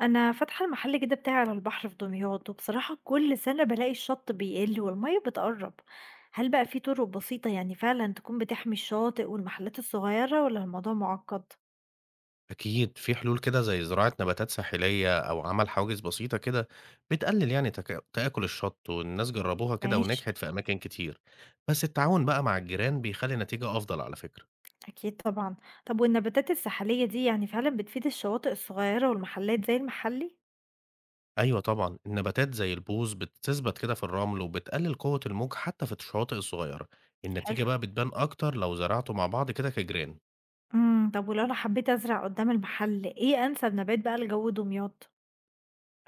أنا فاتحة المحل كده بتاعي على البحر في دمياط وبصراحة كل سنة بلاقي الشط بيقل والمية بتقرب. هل بقى في طرق بسيطة يعني فعلا تكون بتحمي الشاطئ والمحلات الصغيرة ولا الموضوع معقد؟ أكيد، في حلول كده زي زراعة نباتات ساحلية أو عمل حواجز بسيطة كده بتقلل، يعني تآكل الشط، والناس جربوها كده ماشي. ونجحت في أماكن كتير، بس التعاون بقى مع الجيران بيخلّي النتيجة أفضل على فكرة. أكيد طبعا. طب والنباتات الساحلية دي يعني فعلا بتفيد الشواطئ الصغيرة والمحلات زي المحلي؟ أيوه طبعًا، النباتات زي البوز بتثبت كده في الرمل وبتقلل قوة الموج حتى في الشواطئ الصغيرة، حلو. النتيجة بقى بتبان أكتر لو زرعتوا مع بعض كده كجيران. طب ولو أنا حبيت أزرع قدام المحل إيه أنسب نبات بقى لجو دمياط؟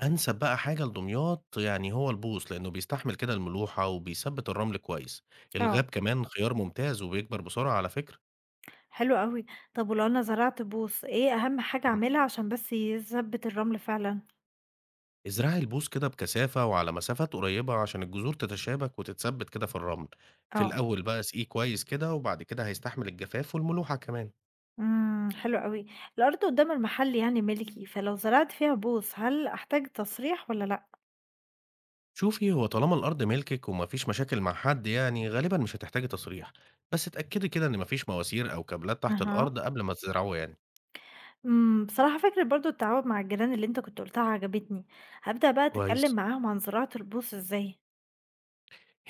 أنسب بقى حاجة لدمياط يعني هو البوص لأنه بيستحمل كده الملوحة وبيثبت الرمل كويس، الغاب اه، كمان خيار ممتاز وبيكبر بسرعة على فكرة. حلو قوي. طب ولو أنا زرعت بوص إيه أهم حاجة أعملها عشان بس يثبت الرمل فعلا؟ ازرعي البوص كده بكثافة وعلى مسافات قريبة عشان الجذور تتشابك وتتثبت كده في الرمل. في آه، الأول بقى اسقيه كويس كده، وبعد كده هيستحمل الجفاف والملوحة كمان. حلو أوي. الأرض قدّام المحل يعني ملكي، فلو زرعت فيها بوص هل أحتاج تصريح والّا لأ؟ شوفي، هو طالما الأرض ملكك ومفيش مشاكل مع حد، يعني غالبا مش هتحتاجي تصريح، بس اتأكدي كده إن مفيش مواسير أو كابلات تحت أها. الأرض قبل ما تزرعوه يعني. بصراحة فكرة برضه التعاون مع الجيران اللي أنت كنت قُلتها عجبتني، هابدأ بقى أتكلم كويس. معاهم عن زراعة البوص إزاي؟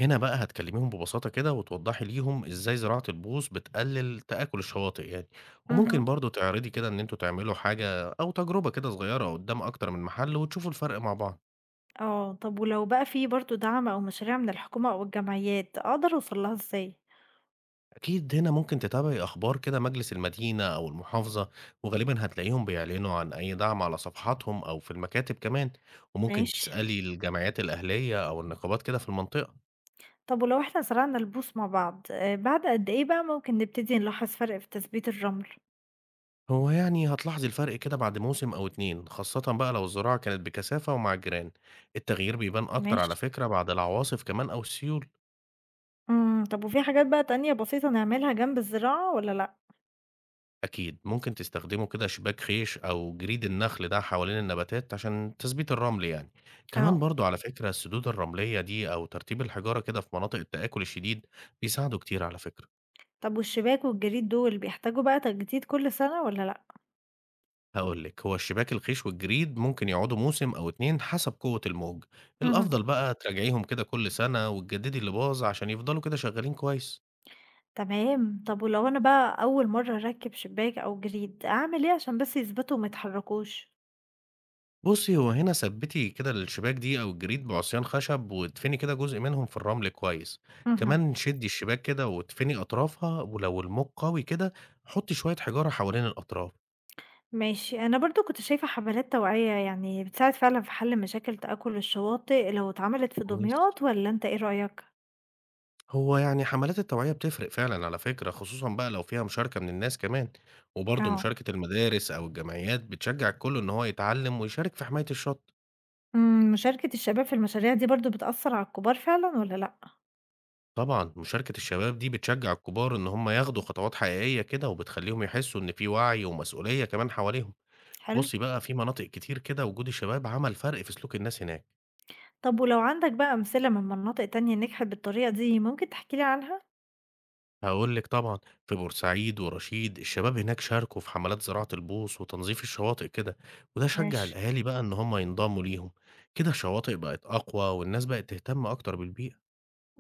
هنا بقى هتكلميهم ببساطة كده وتوضحي ليهم ازاي زراعة البوص بتقلل تآكل الشواطئ يعني. اهم. وممكن برضو تعرضي كده ان انتوا تعملوا حاجة او تجربة كده صغيرة قدام اكتر من محل وتشوفوا الفرق مع بعض. آه، طب ولو بقى في برضه دعم أو مشاريع من الحكومة أو الجمعيات أقدر أوصل لها إزاي؟ اكيد، هنا ممكن تتابعي اخبار كده مجلس المدينة او المحافظة، وغالبا هتلاقيهم بيعلنوا عن اي دعم على صفحاتهم او في المكاتب كمان. وممكن ماشي. تسألي الجمعيات الاهلية او النقابات كده في المنطقة. طب ولو إحنا زرعنا البوص مع بعض، بعد قد إيه بقى ممكن نبتدي نلاحظ فرق في تثبيت الرمل؟ هو يعني هتلاحظي الفرق كده بعد موسم أو اتنين، خاصة بقى لو الزراعة كانت بكثافة ومع الجيران. التغيير بيبان أكتر ماشي. على فكرة بعد العواصف كمان أو السيول. طب وفي حاجات بقى تانية بسيطة نعملها جنب الزراعة والّا لأ؟ أكيد، ممكن تستخدموا كده شباك خيش أو جريد النخل ده حوالين النباتات عشان تثبيت الرمل يعني. كمان آه. برضو على فكرة السدود الرملية دي أو ترتيب الحجارة كده في مناطق التآكل الشديد بيساعدوا كتير على فكرة. طب والشباك والجريد دول بيحتاجوا بقى تجديد كل سنة والّا لأ؟ هقول لك، هو الشباك الخيش والجريد ممكن يقعدوا موسم أو اتنين حسب قوة الموج. اهم. الأفضل بقى تراجعيهم كده كل سنة وتجددي اللي باظ عشان يفضلوا كده شغالين كويس. تمام، طب ولو أنا بقى أول مرة أركب شباك أو جريد أعمل إيه عشان بس يثبتوا وما يتحركوش؟ بصي، هو هنا ثبتي كده الشباك دي أو الجريد بعصيان خشب وادفني كده جزء منهم في الرمل كويس. اهم. كمان شدي الشباك كده وادفني أطرافها، ولو الموج قوي كده حطي شوية حجارة حوالين الأطراف. ماشي، أنا برضه كنت شايفة حملات توعية يعني بتساعد فعلًا في حل مشاكل تآكل الشواطئ لو اتعملت في كويس. دمياط والّا أنت إيه رأيك؟ هو يعني حملات التوعية بتفرق فعلا على فكرة، خصوصا بقى لو فيها مشاركة من الناس كمان. وبرضه آه. مشاركة المدارس أو الجمعيات بتشجع الكل إن هو يتعلم ويشارك في حماية الشط. مشاركة الشباب في المشاريع دي برضه بتأثر على الكبار فعلًا والّا لأ؟ طبعا مشاركة الشباب دي بتشجع الكبار إن هم ياخدوا خطوات حقيقية كده، وبتخليهم يحسوا إن في وعي ومسؤولية كمان حواليهم. حلو. بصي بقى، في مناطق كتير كده وجود الشباب عمل فرق في سلوك الناس هناك. طب ولو عندك بقى أمثلة من مناطق تانية نجحت بالطريقة دي، ممكن تحكي لي عنها؟ هاقول لِك طبعًا، في بورسعيد ورشيد الشباب هناك شاركوا في حملات زراعة البوص وتنظيف الشواطئ كده، وده شجّع ماشي. الأهالي بقى إن هم ينضموا ليهم، كده الشواطئ بقت أقوى والناس بقت تهتم أكتر بالبيئة.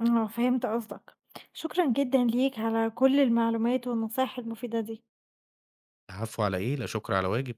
آه، فهمت قصدك. شكرًا جدًا ليك على كل المعلومات والنصايح المفيدة دي. العفو على إيه، لا شكر على واجب.